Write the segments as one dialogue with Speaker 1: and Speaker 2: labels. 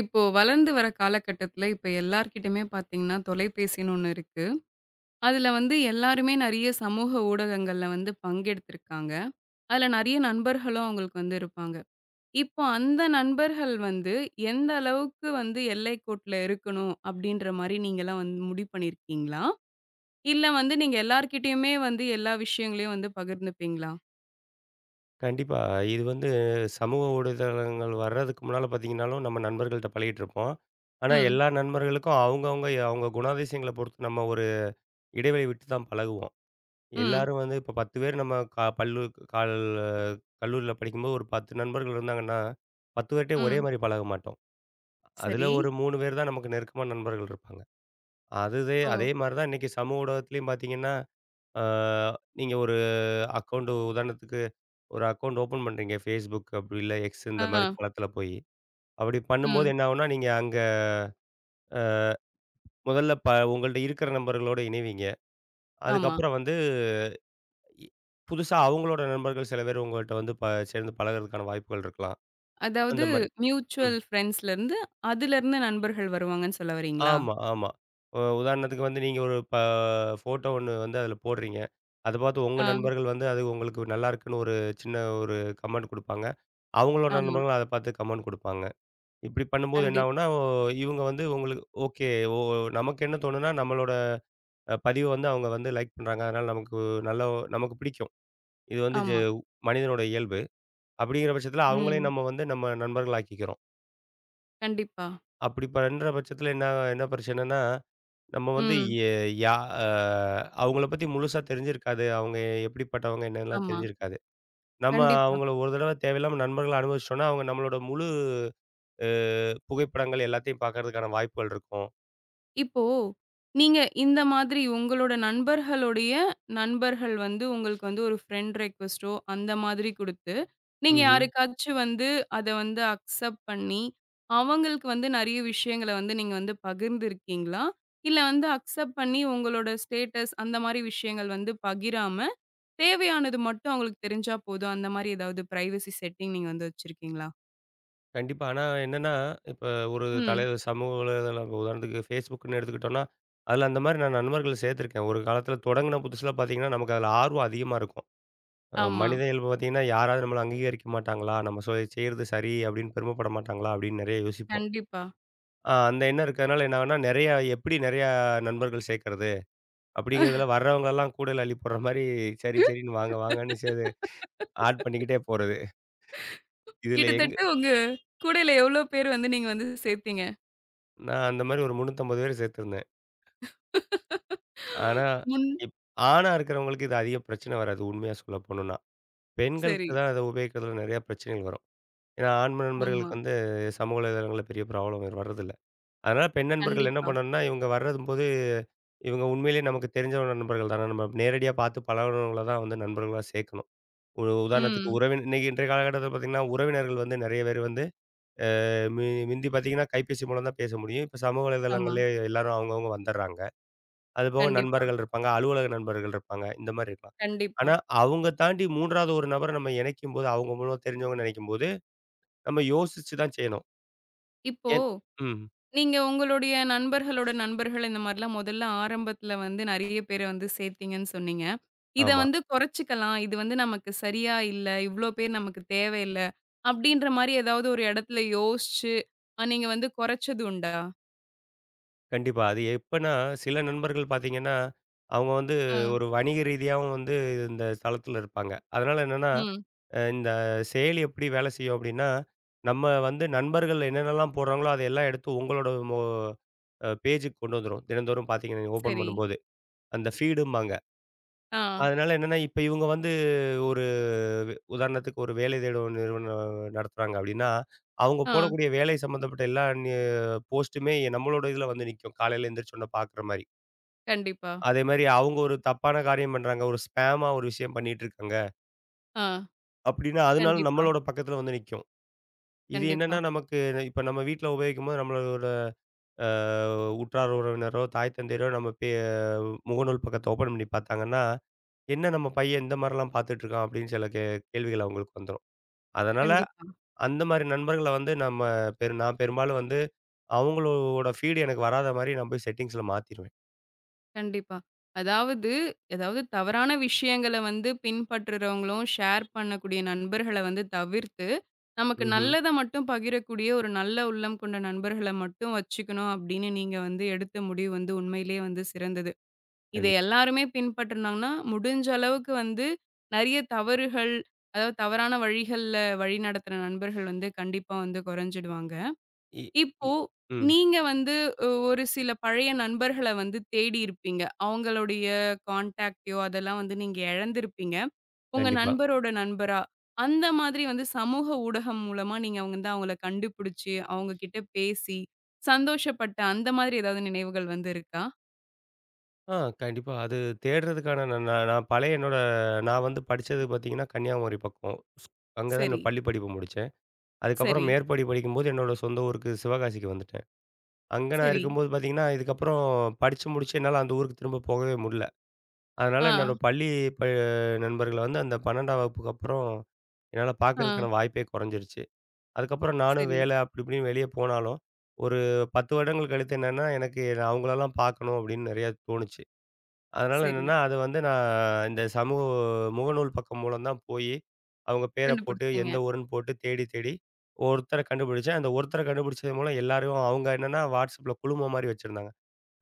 Speaker 1: இப்போ வளர்ந்து வர காலகட்டத்துல, இப்ப எல்லார்கிட்டயுமே பார்த்தீங்கன்னா, தொலைபேசின்னு ஒண்ணு இருக்கு. அதுல வந்து எல்லாருமே நெறைய சமூக ஊடகங்கள்ல வந்து பங்கெடுத்திருக்காங்க. அதுல நெறைய நண்பர்களும் அவங்களுக்கு வந்து இருப்பாங்க. இப்போ அந்த நண்பர்கள் வந்து, எந்த அளவுக்கு வந்து எல்லைக்கோட்டுல இருக்கணும் அப்படின்ற மாரி நீங்கலாம் வந்து முடிவு பண்ணியிருக்கீங்களா? இல்ல வந்து நீங்க எல்லார்கிட்டயுமே வந்து எல்லா விஷயங்களையும் வந்து பகிர்ந்துப்பீங்களா?
Speaker 2: கண்டிப்பா. இது சமூக ஊடதளங்கள் வர்றதுக்கு முன்னால பார்த்தீங்கன்னாலும், நம்ம நண்பர்கள்ட்ட பழகிட்டுருப்போம். ஆனா,
Speaker 1: ம்,
Speaker 2: எல்லா நண்பர்களுக்கும் அவுங்கவுங்க குணாதிசயங்கள பொறுத்து நம்ம ஒரு இடைவெளி விட்டு தான் பழகுவோம்.
Speaker 1: ம்,
Speaker 2: எல்லாரும் இப்ப 10 பேர் நம்ம க பல்லு கால் கல்லூரியில படிக்கும்போது ஒரு 10 நண்பர்கள் இருந்தாங்கன்னா, 10 பேர்ட்டயும் ஒரே
Speaker 1: ம்.
Speaker 2: மாரி பழக மாட்டோம். அதுல
Speaker 1: சரி.
Speaker 2: ஒரு 3 பேர் தான் நமக்கு நெருக்கமான நண்பர்கள் இருப்பாங்க. அதுவே
Speaker 1: ஓ!
Speaker 2: அதே மாரி தான் இன்னைக்கு சமூக ஊடகத்திலயும் பார்த்தீங்கன்னா, அ நீங்க ஒரு அக்கவுண்ட் உதாரணத்துக்கு ஒரு அக்கவுண்ட் ஓப்பன் பண்றீங்க Facebook அப்படி இல்ல X இந்த மாரி
Speaker 1: ஆ.
Speaker 2: தளத்துல போய். அப்படி பண்ணும்போது
Speaker 1: ம்.
Speaker 2: என்ன ஆகும்னா, நீங்க அங்க அ முதல்ல உங்கள்ட்ட இருக்கிற நண்பர்களோட இணைவீங்க.
Speaker 1: ஆமா.
Speaker 2: அதுக்கப்புறம் இ புதுசா அவங்களோட நண்பர்கள் சில பேர் உங்கள்ட்ட வந்து சேர்ந்து பழகுறதுக்கான வாய்ப்புகள் இருக்கலாம்.
Speaker 1: அதாவது
Speaker 2: அந்த மாரி. ம்.
Speaker 1: மியூச்சுவல் ஃப்ரெண்ட்ஸ்லேருந்து, அதுலேருந்து நண்பர்கள் வருவாங்கன்னு சொல்ல வரீங்களா?
Speaker 2: ஆமா, ஆமா. உதாரணத்துக்கு நீங்க ஒரு ஃபோட்டோ ஒண்ணு அதுல போடுறீங்க. அத பார்த்து உங்க
Speaker 1: ஆ,
Speaker 2: நண்பர்கள் அது உங்களுக்கு நல்லா இருக்குன்னு ஒரு சின்ன ஒரு கமெண்ட் குடுப்பாங்க. அவங்களோட
Speaker 1: ஆமா.
Speaker 2: நண்பர்களும் அத பார்த்து கமெண்ட் குடுப்பாங்க. இப்படி பண்ணும்போது என்ன
Speaker 1: கண்டிப்பா.
Speaker 2: ஆகும்னா, இவுங்க உங்களுக்கு ஓகே. ஓ நமக்கு என்ன தோணும்னா, நம்மளோட பதிவ அவங்க லைக் பண்றாங்க. அதனால நமக்கு நல்ல நமக்கு பிடிக்கும். இது வந்து ஜ
Speaker 1: ஆமா.
Speaker 2: மனிதனோட இயல்பு. அப்படிங்கிற பட்சத்தில அவங்களையும்
Speaker 1: ம்.
Speaker 2: நம்ம நண்பர்கள் ஆக்கிக்கிறோம்.
Speaker 1: கண்டிப்பா.
Speaker 2: அப்படி பண்ற பட்சத்தில என்ன என்ன பிரச்சனைன்னா, நம்ம வந்து
Speaker 1: ம்.
Speaker 2: எ யா அ அவங்கள பத்தி முழுசா தெரிஞ்சிருக்காது. அவங்க எப்படிப்பட்டவங்க என்னன்னுலாம்
Speaker 1: ஆமா.
Speaker 2: தெரிஞ்சிருக்காது. நம்ம
Speaker 1: கண்டிப்பா.
Speaker 2: அவங்கள ஒரு தடவ தேவையில்லாம நண்பர்களா அனுபவிச்சுட்டோம்னா, அவங்க நம்மளோட முழு அ புகைப்படங்கள் எல்லாத்தையும் பார்க்கறதுக்கான வாய்ப்புகள் இருக்கும்.
Speaker 1: இப்போ நீங்க இந்த மாதிரி உங்களோட நண்பர்களுடைய நண்பர்கள் வந்து உங்களுக்கு வந்து ஒரு ஃப்ரெண்ட் ரிக்வெஸ்ட்டோ அந்த மாதிரி குடுத்து, நீங்க
Speaker 2: ம்ஹ்ம்.
Speaker 1: யாருக்காச்சும் வந்து அத வந்து அக்செப்ட் பண்ணி, அவங்களுக்கு வந்து நெறைய விஷயங்கள வந்து நீங்க வந்து பகிர்ந்திருக்கீங்களா? இல்ல வந்து அக்செப்ட் பண்ணி உங்களோட ஸ்டேட்டஸ் அந்த மாரி விஷயங்கள் வந்து பகிராம தேவையானது மட்டும் அவங்களுக்கு தெரிஞ்சா போதும். அந்த மாரி ஏதாவது பிரைவசி செட்டிங் நீங்க வந்து வச்சிருக்கீங்களா?
Speaker 2: கண்டிப்பா. ஆனா என்னன்னா, இப்ப ஒரு
Speaker 1: ம்.
Speaker 2: தலைவர் சமூக வலைதளம் இப்ப உதாரணத்துக்கு Facebookன்னு எடுத்துக்கிட்டோம்னா, அதுல அந்த மாரி நான் நண்பர்கள சேர்த்துருக்கேன். ஒரு காலத்தில தொடங்குன புதுசுல பார்த்தீங்கன்னா, நமக்கு அதுல ஆர்வம் அதிகமா இருக்கும்.
Speaker 1: ஆமா.
Speaker 2: மனித இயல்பு பார்த்தீங்கன்னா, யாராவது நம்மள அங்கீகரிக்க மாட்டாங்களா? நம்ம செய்றது சரி அப்படின்னு பெருமைப்பட மாட்டாங்களா? அப்படின்னு நெறைய யோசிப்போம்.
Speaker 1: கண்டிப்பா.
Speaker 2: அந்த எண்ணம் இருக்கிறதுனால என்ன ஆகும்னா, எப்படி நெறையா நண்பர்கள் சேர்க்கறது? அப்படிங்கிறதுல வர்றவங்கலாம் கூடையில அள்ளி போடுற மாரி, சரி சரின்னு வாங்க வாங்கன்னு ஆட் பண்ணிக்கிட்டே போறது. இதுல எங்க
Speaker 1: கிட்டத்தட்ட உங்க கூடையில எவ்ளோ பேர் வந்து நீங்க வந்து சேர்த்தீங்க?
Speaker 2: நான் அந்த மாரி ஒரு 350 பேர் சேர்த்திருந்தேன். ஆனா,
Speaker 1: முன்
Speaker 2: இப் ஆணா இருக்கிறவங்களுக்கு இது அதிக பிரச்சனை வராது, உண்மையா சொல்ல போணும்னா. பெண்களுக்கு
Speaker 1: சரி.
Speaker 2: தான் அத உபயோகிக்கிறதுல நெறைய பிரச்சனைகள் வரும். ஏன்னா, ஆண்
Speaker 1: ஆமா.
Speaker 2: நண்பர்களுக்கு சமூக வலைதளங்கள்ல பெரிய ப்ராப்ளம் வர்றதில்ல. அதனால பெண் நண்பர்கள் என்ன
Speaker 1: கண்டிப்பா.
Speaker 2: பண்ணணும்னா, இவங்க வர்றதும்போது இவங்க உண்மையிலேயே நமக்கு தெரிஞ்ச நண்பர்கள் தானே. நம்ம நேரடியா பார்த்து பழகுனவங்கள தான் நண்பர்களா சேர்க்கணும். ஒரு உதாரணத்துக்கு
Speaker 1: ம்.
Speaker 2: உறவின் இன்னைக்கு இன்றைய காலகட்டத்தில பார்த்தீங்கன்னா, உறவினர்கள் நெறைய பேர் வந்து மி மிந்தி பார்த்தீங்கன்னா, கைபேசி மூலம் தான் பேச முடியும். இப்ப சமூக
Speaker 1: ஆமா.
Speaker 2: வலைதளங்கள்லயே எல்லாரும் அவங்கவங்க வந்துர்றாங்க. அதுபோக
Speaker 1: கண்டிப்பா,
Speaker 2: நண்பர்கள் இருப்பாங்க, அலுவலக நண்பர்கள் இருப்பாங்க. இந்த மாரி இருக்கலாம்.
Speaker 1: கண்டிப்பா.
Speaker 2: ஆனா, அவங்க தாண்டி 3வது ஒரு நபர நம்ம இணைக்கும்போது, அவங்க மூலமா தெரிஞ்சவங்கன்னு நெனைக்கும்போது, நம்ம யோசிச்சு தான் செய்யணும்.
Speaker 1: இப்போ
Speaker 2: ஏன் ம்.
Speaker 1: நீங்க உங்களுடைய நண்பர்களோட நண்பர்கள் இந்த மாரிலாம் முதல்ல ஆரம்பத்துல வந்து நெறைய பேர வந்து சேர்த்தீங்கன்னு சொன்னீங்க. இத
Speaker 2: ஆமா.
Speaker 1: வந்து குறைச்சுக்கலாம். இது வந்து நமக்கு சரியா இல்ல. இவ்ளோ பேர் நமக்கு தேவையில்ல. அப்டின்ற மாரி ஏதாவது ஒரு இடத்துல யோசிச்சு, நீங்க வந்து குறைச்சது உண்டா?
Speaker 2: கண்டிப்பா. அது எப்பன்னா, சில நண்பர்கள் பார்த்தீங்கன்னா, அவங்க
Speaker 1: ஆ.
Speaker 2: ஒரு வணிக ரீதியாவும் இந்த தளத்தில இருப்பாங்க. அதனால என்னன்னா,
Speaker 1: ம்.
Speaker 2: இந்த செயலி எப்படி வேலை செய்யும் அப்படின்னா, நம்ம வந்து நண்பர்கள் என்னென்னலாம் போடுறாங்களோ, அதையெல்லாம் எடுத்து உங்களோட மொ அ பேஜுக்கு கொண்டு வந்துரும். தினந்தோறும் பார்த்தீங்கன்னா, நீங்க ஓப்பன்
Speaker 1: சரி.
Speaker 2: பண்ணும்போது. அந்த ஃபீடும்பாங்க.
Speaker 1: ஆ.
Speaker 2: அதனால என்னன்னா, இப்ப இவுங்க ஒரு வே உதாரணத்துக்கு ஒரு வேலை தேடும் நிறுவனம் நடத்துறாங்க அப்டின்னா, அவுங்க
Speaker 1: ஆ.
Speaker 2: போடக்கூடிய வேலை சம்மந்தப்பட்ட எல்லா போஸ்ட்டுமே நம்மளோட இதுல நிக்கும். காலையில எந்திரிச்ச உடனே பாக்குற மாரி.
Speaker 1: கண்டிப்பா.
Speaker 2: அதே மாரி அவுங்க ஒரு தப்பான காரியம் பண்றாங்க. ஒரு ஸ்பேமா ஒரு விஷயம் பண்ணிட்டு இருக்காங்க.
Speaker 1: ஆ.
Speaker 2: அப்டின்னா, அதனால
Speaker 1: கண்டிப்பா.
Speaker 2: நம்மளோட பக்கத்துல நிக்கும். இது
Speaker 1: கண்டிப்பா.
Speaker 2: என்னன்னா, நமக்கு இப்ப நம்ம வீட்ல உபயோகிக்கும்போது நம்மளோட அ உற்றார் உறவினரோ, தாய் தந்தையரோ நம்ம பே முகநூல் பக்கத்த ஓப்பன் பண்ணி பாத்தாங்கன்னா, "என்ன நம்ம பையன் இந்த மாரிலாம் பாத்துட்டு இருக்கான்?" அப்டின்னு சில கே கேள்விகள் அவுங்களுக்கு வந்துரும். அதனால
Speaker 1: கண்டிப்பா.
Speaker 2: அந்த மாரி நண்பர்கள நம்ம பெரும்பாலும் அவங்களோட ஃபீடு எனக்கு வராத மாரி நான் போய் செட்டிங்ஸ்ல மாத்திருவேன்.
Speaker 1: கண்டிப்பா. அதாவது அதாவது தவறான விஷயங்கள வந்து பின்பற்றுறவங்களும், ஷேர் பண்ணக்கூடிய நண்பர்கள வந்து தவிர்த்து நமக்கு
Speaker 2: ம்ஹ்ம்.
Speaker 1: நல்லத மட்டும் பகிரக்கூடிய ஒரு நல்ல உள்ளம் கொண்ட நண்பர்கள மட்டும் வச்சுக்கணும் அப்படின்னு நீங்க வந்து எடுத்த முடிவு வந்து உண்மையிலேயே வந்து சிறந்தது. இத
Speaker 2: கண்டிப்பா.
Speaker 1: எல்லாருமே பின்பற்றுனாங்கன்னா, முடிஞ்ச அளவுக்கு வந்து நெறைய தவறுகள், அதாவது தவறான வழிகள்ல வழிநடத்துற நண்பர்கள் வந்து கண்டிப்பா வந்து குறைஞ்சிடுவாங்க.
Speaker 2: இ இ
Speaker 1: இப்போ
Speaker 2: ம்.
Speaker 1: நீங்க வந்து ஒரு சில பழைய நண்பர்கள வந்து தேடி இருப்பீங்க. அவங்களுடைய கான்டாக்ட்டையோ அதெல்லாம் வந்து நீங்க இழந்திருப்பீங்க. உங்க
Speaker 2: கண்டிப்பா.
Speaker 1: நண்பரோட நண்பரா? அந்த மாதிரி வந்து சமூக ஊடகம் மூலமா நீங்க வந்து அவங்கள கண்டுபிடிச்சு, அவங்க கிட்ட பேசி, சந்தோஷப்பட்ட அந்த மாதிரி ஏதாவது நினைவுகள் வந்து இருக்கா?
Speaker 2: ஆ கண்டிப்பா. அது தேடுறதுக்கான நான் நான் நான் பழைய நான் படிச்சது பார்த்தீங்கன்னா, கன்னியாகுமரி பக்கம். ஸ் அங்க தான்
Speaker 1: சரி,
Speaker 2: என்னோட பள்ளி படிப்பு முடிச்சேன். அதுக்கப்புறம்
Speaker 1: சரி,
Speaker 2: மேற்படி படிக்கும்போது என்னோட சொந்த ஊருக்கு சிவகாசிக்கு வந்துட்டேன். அங்க நான்
Speaker 1: சரி.
Speaker 2: இருக்கும்போது பார்த்தீங்கன்னா, இதுக்கப்புறம் படிச்சு முடிச்சு என்னால அந்த ஊருக்கு திரும்ப போகவே முடில. அதனால
Speaker 1: ஆ,
Speaker 2: என்னோட பள்ளி ப நண்பர்கள அந்த 12ஆம் வகுப்புக்கு அப்புறம், என்னால
Speaker 1: ஆ.
Speaker 2: பார்க்கறதுக்கான வாய்ப்பே குறைஞ்சிருச்சு. அதுக்கப்புறம் நானும்
Speaker 1: சரி,
Speaker 2: வேலை அப்படி இப்படின்னு வெளிய போனாலும், ஒரு 10 வருடங்கள் கழித்து என்னன்னா, எனக்கு அவங்களெல்லாம் பார்க்கணும் அப்படின்னு நிறையா தோணுச்சு. அதனால
Speaker 1: சரி.
Speaker 2: என்னன்னா, அது வந்து நான் இந்த சமூக முகநூல் பக்கம் மூலம் தான் போயி, அவங்க பேர போட்டு,
Speaker 1: கண்டுபிடிச்சீங்க.
Speaker 2: எந்த ஊருன்னு போட்டு தேடி தேடி ஒருத்தர கண்டுபிடிச்சேன். அந்த ஒருத்தர கண்டுபிடிச்சது மூலம் எல்லாரையும் அவங்க என்னன்னா, WhatsAppல குழுமம் மாரி வச்சிருந்தாங்க.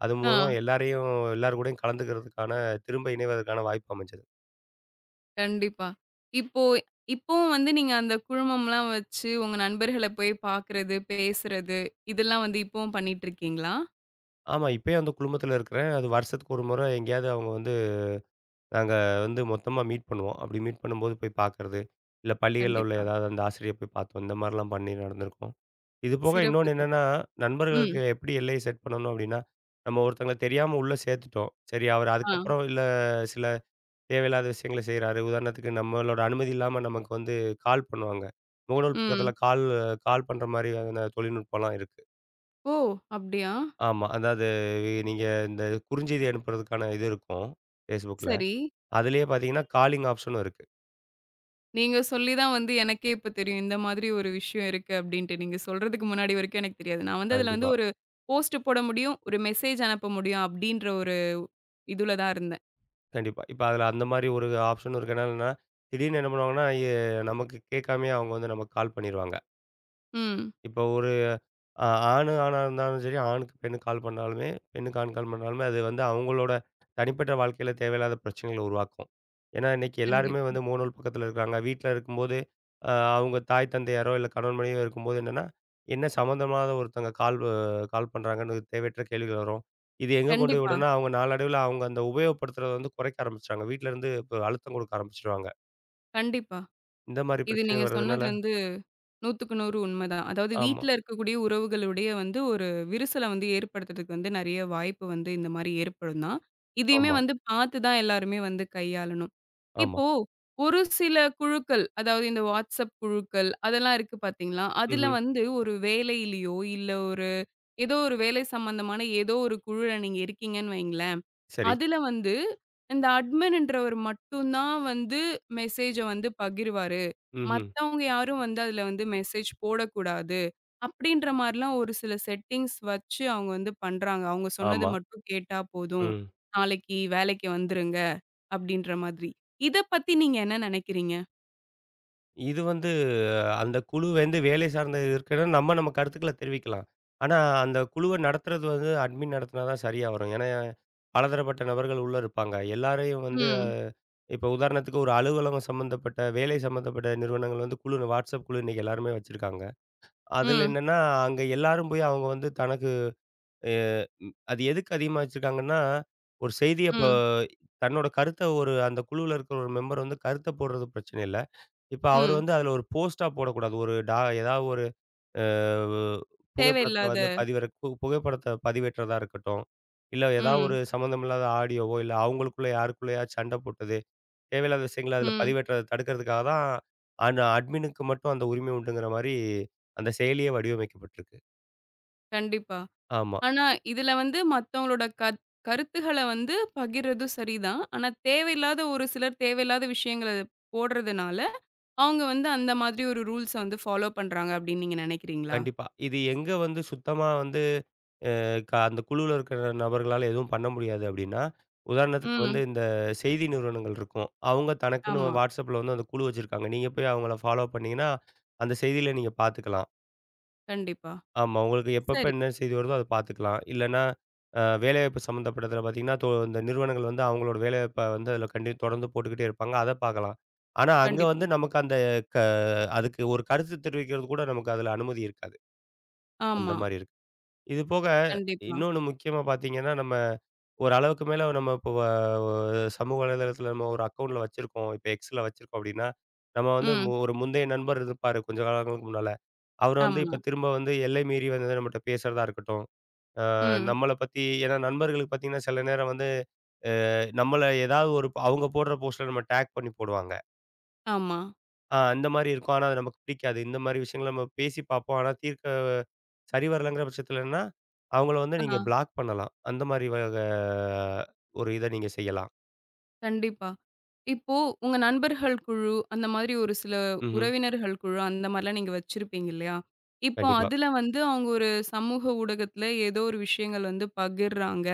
Speaker 2: அது
Speaker 1: ஆ,
Speaker 2: மூலம் எல்லாரையும் எல்லார் கூடயும் கலந்துக்கிறதுக்கான, திரும்ப இணைவதற்கான வாய்ப்பு அமைஞ்சது.
Speaker 1: கண்டிப்பா. இப்போ இப்பவும் வந்து நீங்க அந்த குழுமம்லாம் வச்சு உங்க நண்பர்கள போய் பார்க்கறது, பேசுறது, இதெல்லாம் வந்து இப்பவும் பண்ணிட்டு இருக்கீங்களா?
Speaker 2: ஆமா, இப்பயும் அந்த குழுமத்தில இருக்கிறேன். அது வருஷத்துக்கு ஒரு முறை எங்கேயாவது அவங்க நாங்க மொத்தமா மீட் பண்ணுவோம். அப்படி மீட் பண்ணும்போது போய் பார்க்கறது, இல்ல பள்ளிகள்ல உள்ள
Speaker 1: கண்டிப்பா.
Speaker 2: ஏதாவது அந்த ஆசிரியரை போய் பார்த்தோம். இந்த மாரிலாம் பண்ணி நடந்திருக்கோம். இது போக
Speaker 1: சிறப்பு.
Speaker 2: இன்னொன்னு என்னன்னா,
Speaker 1: ம்.
Speaker 2: நண்பர்களுக்கு எப்படி எல்லையை செட் பண்ணணும் அப்படின்னா, நம்ம ஒருத்தங்கள தெரியாம உள்ள சேர்த்துட்டோம். சரி, அவர்
Speaker 1: ஆ.
Speaker 2: அதுக்கப்புறம் இல்ல சில தேவையில்லாத விஷயங்கள செய்றாரு. உதாரணத்துக்கு நம்மளோட அனுமதி இல்லாம நமக்கு கால் பண்ணுவாங்க. முகநூல் பக்கத்தில
Speaker 1: ம்.
Speaker 2: கால் கால் பண்ற மாதிரியான தொழில்நுட்பம்லாம் இருக்கு.
Speaker 1: ஓ! அப்படியா?
Speaker 2: ஆமா. அதாவது நீங்க இந்த குறுஞ்செய்தி அனுப்புறதுக்கான இது இருக்கும். Facebookல.
Speaker 1: சரி.
Speaker 2: அதிலேயே பார்த்தீங்கன்னா, காலிங் ஆப்ஷனும் இருக்கு.
Speaker 1: நீங்க சொல்லி தான் வந்து எனக்கே இப்ப தெரியும். இந்த மாதிரி ஒரு விஷயம் இருக்கு அப்டின்ட்டு. நீங்க சொல்றதுக்கு முன்னாடி வரைக்கும் எனக்கு தெரியாது. நான் வந்து அதுல வந்து
Speaker 2: கண்டிப்பா,
Speaker 1: ஒரு போஸ்ட் போட முடியும், ஒரு மெசேஜ் அனுப்ப முடியும் அப்டின்ற ஒரு இதுல தான் இருந்தேன்.
Speaker 2: கண்டிப்பா. இப்ப அதில அந்த மாதிரி ஒரு ஆப்ஷனும் இருக்கு. என்னன்னா, திடீர்னு என்ன பண்ணுவாங்கன்னா, நமக்கு கேட்காமயே அவங்க நமக்கு கால் பண்ணிருவாங்க.
Speaker 1: ம்.
Speaker 2: இப்போ ஒரு ஆ ஆணு ஆணா இருந்தாலும் சரி, ஆணுக்கு பெண்ணுக்கு கால் பண்ணாலுமே, பெண்ணுக்கு ஆண் கால் பண்ணாலுமே, அது அவங்களோட தனிப்பட்ட வாழ்க்கையில தேவையில்லாத பிரச்சனைகள உருவாக்கும். ஏன்னா, இன்னைக்கு எல்லாருமே
Speaker 1: கண்டிப்பா.
Speaker 2: முகநூல் பக்கத்தில இருக்காங்க. வீட்ல இருக்கும்போது, அவங்க தாய் தந்தையாரோ, இல்ல கணவன் மனைவியோ இருக்கும்போது என்னன்னா, என்ன சம்மந்தமாத ஒருத்தங்க கால் பண்றாங்கன்னு தேவையற்ற கேள்விகள் வரும். இது எங்க கொண்டு போய்
Speaker 1: கண்டிப்பா,
Speaker 2: விடும்னா, அவங்க நாளடைவில அவங்க அந்த உபயோகப்படுத்துறத குறைக்க ஆரம்பிச்சுட்டாங்க. வீட்ல இருந்து இப்ப அழுத்தம் கொடுக்க ஆரம்பிச்சுருவாங்க.
Speaker 1: கண்டிப்பா.
Speaker 2: இந்த மாரி
Speaker 1: இது நீங்க
Speaker 2: பிரச்சனைகள் வர்றதுனால
Speaker 1: சொன்னது வந்து 100க்கு 100 உண்மதான். அதாவது
Speaker 2: ஆமா,
Speaker 1: வீட்ல இருக்கக்கூடிய உறவுகளுடைய வந்து ஒரு விரிசல வந்து ஏற்படுத்துறதுக்கு வந்து நெறைய வாய்ப்பு வந்து இந்த மாரி ஏற்படும் தான். இதையுமே
Speaker 2: ஆமா,
Speaker 1: வந்து பார்த்து தான் எல்லாருமே வந்து கையாளணும்.
Speaker 2: ஆமா.
Speaker 1: இப்போ ஒரு சில குழுக்கள், அதாவது இந்த WhatsApp குழுக்கள் அதெல்லாம் இருக்கு பார்த்தீங்களா? அதுல
Speaker 2: ம்ஹ்ம்.
Speaker 1: வந்து ஒரு வேலையிலயோ, இல்ல ஒரு ஏதோ ஒரு வேலை சம்மந்தமான ஏதோ ஒரு குழுல நீங்க இருக்கீங்கன்னு வைங்களேன்.
Speaker 2: சரி.
Speaker 1: அதுல வந்து இந்த அட்மின்ன்றவர் மட்டும் தான் வந்து மெசேஜ வந்து பகிர்வாரு.
Speaker 2: ம்ஹ்ம்.
Speaker 1: மத்தவங்க யாரும் வந்து அதுல வந்து மெசேஜ் போடக்கூடாது. அப்படின்ற மாரிலாம் ஒரு சில செட்டிங்ஸ் வச்சு அவங்க வந்து பண்றாங்க. அவங்க சொன்னது
Speaker 2: ஆமா.
Speaker 1: மட்டும் கேட்டா
Speaker 2: ம்.
Speaker 1: போதும்.
Speaker 2: ஆமாம்
Speaker 1: நாளைக்கு வேலைக்கு வந்துருங்க அப்படின்ற மாதிரி. இத பத்தி நீங்க என்ன நெனைக்கிறீங்க?
Speaker 2: இது அந்த குழு வேலை சார்ந்து இருக்கிறது, நம்ம நம்ம கருத்துக்கள தெரிவிக்கலாம். ஆனா, அந்த குழுவ நடத்துறது அட்மின் நடத்தினா தான் சரியா வரும். ஏன்னா, பலதரப்பட்ட நபர்கள் உள்ள இருப்பாங்க. எல்லாரையும் வந்து
Speaker 1: ம்,
Speaker 2: இப்ப உதாரணத்துக்கு ஒரு அலுவலகம் சம்மந்தப்பட்ட, வேலை சம்மந்தப்பட்ட நிறுவனங்கள் WhatsApp குழு இன்னைக்கு எல்லாருமே வச்சிருக்காங்க. அதுல
Speaker 1: ம்,
Speaker 2: என்னன்னா, அங்க எல்லாரும் போய் அவங்க தனக்கு அ அது எதுக்கு அதிகமா வச்சிருக்காங்கன்னா, ஒரு செய்திய இப்ப
Speaker 1: ம்,
Speaker 2: தன்னோட கருத்த ஒரு அந்த குழுவுல இருக்கிற ஒரு மெம்பர் கருத்த போடுறது பிரச்சனை இல்ல. இப்ப அவரு
Speaker 1: ம்.
Speaker 2: அதுல ஒரு போஸ்ட்டா போடக்கூடாது. ஒரு டா ஏதாவது ஒரு அ புகைப்படத்த
Speaker 1: தேவையில்லாத
Speaker 2: வந்து பதிவிறக் பு புகைப்படத்த பதிவேற்றதா இருக்கட்டும். இல்ல ஏதாவது ஒரு
Speaker 1: ம்,
Speaker 2: சம்மந்தமில்லாத ஆடியோவோ, இல்ல அவங்களுக்குள்ள யாருக்குள்ளயா சண்ட போட்டது. தேவையில்லாத விஷயங்கள அதுல
Speaker 1: ம்.
Speaker 2: பதிவேற்றத தடுக்கிறதுக்காக தான் அந்த அட்மினுக்கு மட்டும் அந்த உரிமை உண்டுங்கிற மாரி அந்த செயலியே வடிவமைக்கப்பட்டிருக்கு.
Speaker 1: கண்டிப்பா.
Speaker 2: ஆமா,
Speaker 1: ஆனா இதுல வந்து மத்தவங்களோட கருத்துகள வந்து பகிர்றதும் சரிதான். ஆனா தேவையில்லாத ஒரு சிலர் தேவையில்லாத விஷயங்கள போடுறதுனால அவங்க வந்து அந்த மாதிரி ஒரு ரூல்ஸ வந்து ஃபாலோ பண்றாங்க அப்படின்னு நீங்க நினைக்கிறீங்களா?
Speaker 2: கண்டிப்பா. இது எங்க வந்து சுத்தமா வந்து க அந்த குழுவுல இருக்கிற நபர்களால எதுவும் பண்ண முடியாது அப்படின்னா, உதாரணத்துக்கு
Speaker 1: ம்.
Speaker 2: இந்த செய்தி நிறுவனங்கள் இருக்கும். அவங்க தனக்குன்னு
Speaker 1: ஆமா.
Speaker 2: WhatsAppல அந்த குழு வச்சிருக்காங்க. நீங்க போய் அவங்கள ஃபாலோ பண்ணீங்கன்னா, அந்த செய்தியில நீங்க பார்த்துக்கலாம்.
Speaker 1: கண்டிப்பா.
Speaker 2: ஆமா, உங்களுக்கு எப்பப்ப
Speaker 1: சரி.
Speaker 2: என்ன செய்தி வருதோ அத பார்த்துக்கலாம். இல்லன்னா, வேலைவாய்ப்பு சம்மந்தப்பட்டதுல பார்த்தீங்கன்னா, இந்த நிறுவனங்கள் அவங்களோட வேலைவாய்ப்ப அதில தொடர்ந்து போட்டுக்கிட்டே இருப்பாங்க. அத பார்க்கலாம். ஆனா, அங்க
Speaker 1: கண்டிப்பா.
Speaker 2: நமக்கு அந்த க அதுக்கு ஒரு கருத்து தெரிவிக்கிறது கூட நமக்கு அதில அனுமதி இருக்காது. அந்த
Speaker 1: ஆமா.
Speaker 2: மாரி இருக்கு. இது போக
Speaker 1: கண்டிப்பா.
Speaker 2: இன்னொன்னு முக்கியமா பார்த்தீங்கன்னா, ஒரு அளவுக்கு மேல நம்ம இப்போ சமூக வலைதளத்தில நம்ம ஒரு அக்கவுண்ட்ல வச்சிருக்கோம். இப்ப Xல வச்சிருக்கோம் அப்படின்னா, நம்ம வந்து மு
Speaker 1: ம்.
Speaker 2: ஒரு முந்தைய நண்பர் இருப்பாரு கொஞ்ச காலங்களுக்கு முன்னால. அவரு
Speaker 1: ஆமா.
Speaker 2: இப்ப திரும்ப எல்லை மீறி நம்மட்ட பேசுறதா இருக்கட்டும்,
Speaker 1: ம்.
Speaker 2: நம்மள பத்தி, ஏன்னா நண்பர்களுக்கு பார்த்தீங்கன்னா, சில நேரம் வந்து அ நம்மள ஏதாவது அவங்க போடுற போஸ்ட்ல நம்ம டேக் பண்ணி போடுவாங்க.
Speaker 1: ஆமா.
Speaker 2: அந்த மாரி இருக்கும். ஆனா அது நமக்கு பிடிக்காது. இந்த மாரி விஷயங்கள நம்ம பேசி பார்ப்போம். ஆனா தீர்க்க சரி வரலங்கிற பட்சத்துல என்னன்னா, அவங்கள நீங்க
Speaker 1: ஆ.
Speaker 2: பிளாக் பண்ணலாம். அந்த மாரி ஒரு இத நீங்க செய்யலாம்.
Speaker 1: கண்டிப்பா. இப்போ உங்க நண்பர்கள் குழு, அந்த மாதிரி ஒரு சில
Speaker 2: ம்ஹ்ம்.
Speaker 1: உறவினர்கள் குழு அந்த மாரிலாம் நீங்க வச்சிருப்பீங்க இல்லையா? இப்போ
Speaker 2: கண்டிப்பா.
Speaker 1: அதுல வந்து அவங்க ஒரு சமூக ஊடகத்துல ஏதோ ஒரு விஷயங்கள் வந்து பகிர்றாங்க.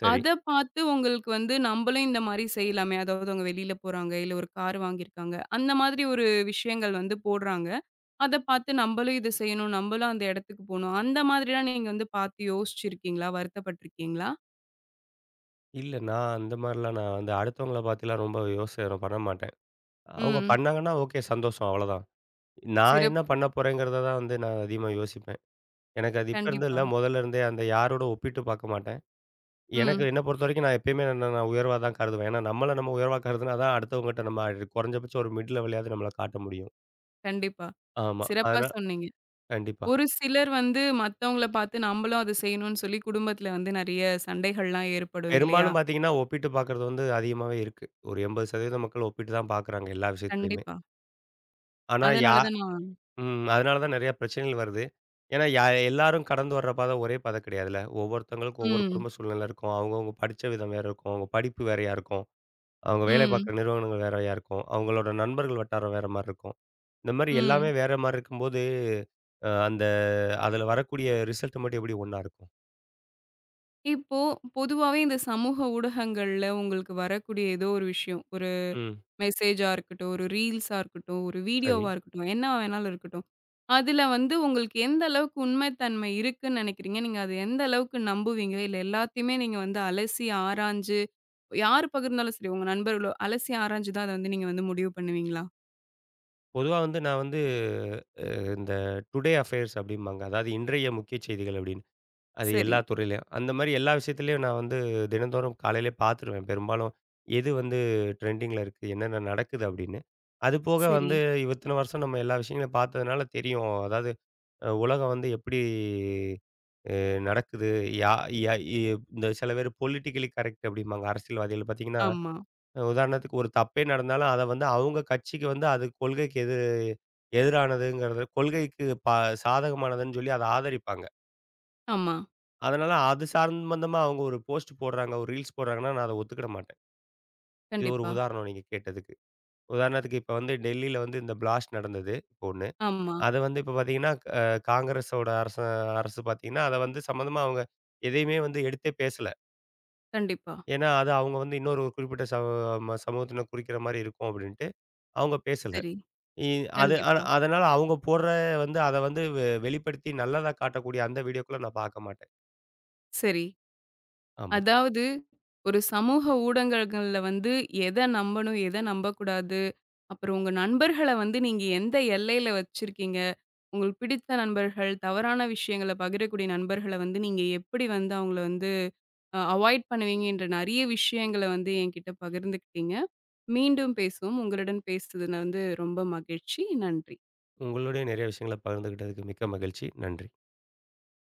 Speaker 2: சரி.
Speaker 1: அத பார்த்து உங்களுக்கு வந்து நம்பளும் இந்த மாரி செய்யலாமே! அதாவது அவங்க வெளியில போறாங்க, இல்ல ஒரு கார் வாங்கியிருக்காங்க. அந்த மாதிரி ஒரு விஷயங்கள் வந்து போடுறாங்க. அத பார்த்து நம்பளும் இத செய்யணும், நம்பளும் அந்த இடத்துக்கு போணும். அந்த மாதிரிலாம் நீங்க வந்து பார்த்து யோசிச்சிருக்கீங்களா? வருத்தப்பட்டுருக்கீங்களா?
Speaker 2: இல்ல, நான் அந்த மாரிலாம் நான் அடுத்தவங்கள பார்த்துலாம் ரொம்ப யோசனை பண்ண மாட்டேன். அவங்க
Speaker 1: ம்.
Speaker 2: பண்ணாங்கன்னா ஓகே, சந்தோஷம், அவ்வளோதான். நான் என்ன
Speaker 1: சிறப்பு.
Speaker 2: பண்ண போறேங்கிறத தான் நான் அதிகமா யோசிப்பேன். எனக்கு அது இப்ப இருந்து இல்ல,
Speaker 1: கண்டிப்பா.
Speaker 2: முதல்ல இருந்தே அந்த யாரோட ஒப்பிட்டு பார்க்க மாட்டேன். எனக்கு
Speaker 1: ம்.
Speaker 2: என்ன பொறுத்தவரைக்கும் நான் எப்பயுமே என்ன நான் உயர்வா தான் கருதுவேன். ஏன்னா நம்மள நம்ம உயர்வா கருதுனா தான் அடுத்தவங்ககிட்ட நம்ம குறைஞ்சபட்சம் ஒரு மிட் லெவலயாவது நம்மள காட்ட முடியும்.
Speaker 1: கண்டிப்பா.
Speaker 2: ஆமா.
Speaker 1: சிறப்பா சொன்னீங்க.
Speaker 2: கண்டிப்பா.
Speaker 1: ஒரு சிலர் வந்து மத்தவங்கள பார்த்து நம்பளும் அத செய்யணும்னு சொல்லி குடும்பத்தில வந்து நெறைய சண்டைகள்லாம் ஏற்படும் இல்லையா?
Speaker 2: பெரும்பாலும் பார்த்தீங்கன்னா, ஒப்பிட்டு பார்க்கிறது அதிகமாவே இருக்கு. ஒரு 80% மக்கள் ஒப்பிட்டு தான் பார்க்குறாங்க எல்லா விஷயத்துலயுமே.
Speaker 1: கண்டிப்பா.
Speaker 2: ஆனா யா
Speaker 1: அதனால தான் நான்
Speaker 2: ம். அதனால தான் நெறைய பிரச்சனைகள் வருது. ஏன்னா எல்லாரும் கடந்து வர்ற பாதை ஒரே பாதை கிடையாதுல்ல. ஒவ்வொருத்தவங்களுக்கும் ஒவ்வொரு
Speaker 1: ம்.
Speaker 2: குடும்ப சூழ்நிலை இருக்கும். அவங்கவங்க படிச்ச விதம் வேற இருக்கும். அவங்க படிப்பு வேறையா இருக்கும். அவங்க வேலை
Speaker 1: ம்.
Speaker 2: பார்க்குற நிறுவனங்கள் வேறையா இருக்கும். அவங்களோட நண்பர்கள் வட்டாரம் வேற மாரி இருக்கும். இந்த மாரி எல்லாமே
Speaker 1: ம்.
Speaker 2: வேற மாரி இருக்கும்போது, அந்த அதில வரக்கூடிய ரிசல்ட் மட்டும் எப்படி ஒண்ணா இருக்கும்?
Speaker 1: இப்போ பொதுவாவே இந்த சமூக ஊடகங்கள்ல உங்களுக்கு வரக்கூடிய ஏதோ ஒரு விஷயம், ஒரு
Speaker 2: ம்.
Speaker 1: மெசேஜா இருக்கட்டும், ஒரு ரீல்ஸா இருக்கட்டும், ஒரு
Speaker 2: சரி.
Speaker 1: வீடியோவா இருக்கட்டும், என்ன வேணாலும் இருக்கட்டும். அதுல வந்து உங்களுக்கு எந்த அளவுக்கு உண்மைத்தன்மை இருக்குன்னு நினைக்கிறீங்க? நீங்க அது எந்த அளவுக்கு நம்புவீங்க? இல்ல எல்லாத்தையுமே நீங்க வந்து அலசி ஆராய்ஞ்சு, யார் பகிர்ந்தாலும் சரி, உங்க நண்பர்களோ அலசி ஆராய்ஞ்சு தான் அத வந்து நீங்க வந்து முடிவு பண்ணுவீங்களா?
Speaker 2: பொதுவா நான் இந்த டுடே அஃபேர்ஸ் அப்படிம்பாங்க. அதாவது இன்றைய முக்கிய செய்திகள் அப்படின்னு. அது
Speaker 1: சரி,
Speaker 2: எல்லா துறையிலயும். அந்த மாரி எல்லா விஷயத்துலயும் நான் தினந்தோறும் காலையிலே பார்த்துருவேன். பெரும்பாலும் எது ட்ரெண்டிங்கில இருக்கு, என்னென்ன நடக்குது அப்படின்னு. அது போக
Speaker 1: சரி.
Speaker 2: வந்து இத்தன வருஷம் நம்ம எல்லா விஷயங்களையும் பார்த்ததுனால தெரியும். அதாவது உலகம் எப்படி நடக்குது. யா யா இ இந்த சில பேர் பொலிட்டிக்கலி கரெக்ட் அப்படிம்பாங்க. அரசியல்வாதிகள் பார்த்தீங்கன்னா
Speaker 1: ஆமா,
Speaker 2: உதாரணத்துக்கு ஒரு தப்பே நடந்தாலும், அத அவங்க கட்சிக்கு அது கொள்கைக்கு எதிரானதுங்கிறது கொள்கைக்கு சாதகமானதுன்னு சொல்லி அத ஆதரிப்பாங்க.
Speaker 1: ஆமா.
Speaker 2: அதனால அது சம்பந்தமா அவங்க ஒரு போஸ்ட் போடுறாங்க, ஒரு ரீல்ஸ் போடுறாங்கன்னா, நான் அத ஒத்துக்கிட மாட்டேன். இது ஒரு
Speaker 1: கண்டிப்பா.
Speaker 2: உதாரணம் நீங்க கேட்டதுக்கு. உதாரணத்துக்கு இப்ப டெல்லியில இந்த பிளாஸ்ட் நடந்தது, இப்ப ஒண்ணு.
Speaker 1: ஆமா.
Speaker 2: அத இப்ப பார்த்தீங்கன்னா, அ காங்கிரஸோட அரச அரசு பார்த்தீங்கன்னா, அத சம்மந்தமா அவங்க எதையுமே எடுத்தே பேசல.
Speaker 1: கண்டிப்பா.
Speaker 2: ஏன்னா, அது அவங்க இன்னொரு ஒரு குறிப்பிட்ட ச ம சமூகத்தினர் குறிக்கிற மாரி இருக்கும் அப்படின்ட்டு அவங்க பேசல.
Speaker 1: சரி.
Speaker 2: இ அது ஆனா
Speaker 1: கண்டிப்பா.
Speaker 2: அதனால அவங்க போடுற அத வந்து வெ வெளிப்படுத்தி நல்லதா காட்டக்கூடிய அந்த வீடியோக்கள நான் பார்க்க மாட்டேன்.
Speaker 1: சரி.
Speaker 2: ஆமா.
Speaker 1: அதாவது, ஒரு சமூக ஊடகங்கள்ல வந்து எத நம்பணும், எத நம்பக்கூடாது, அப்புறம் உங்க நண்பர்கள வந்து நீங்க எந்த எல்லையில வச்சிருக்கீங்க? உங்களுக்கு பிடித்த நண்பர்கள், தவறான விஷயங்கள பகிரக்கூடிய நண்பர்கள வந்து நீங்க எப்படி வந்து அவங்கள வந்து அவாய்ட் பண்ணுவீங்கன்ற நெறைய விஷயங்கள வந்து என்கிட்ட பகிர்ந்துக்கிட்டீங்க. மீண்டும் பேசுவோம். உங்களுடன் பேசுனதுல வந்து ரொம்ப மகிழ்ச்சி. நன்றி.
Speaker 2: உங்களுடைய நிறைய விஷயங்கள பகிர்ந்துகிட்டதுக்கு மிக்க மகிழ்ச்சி. நன்றி.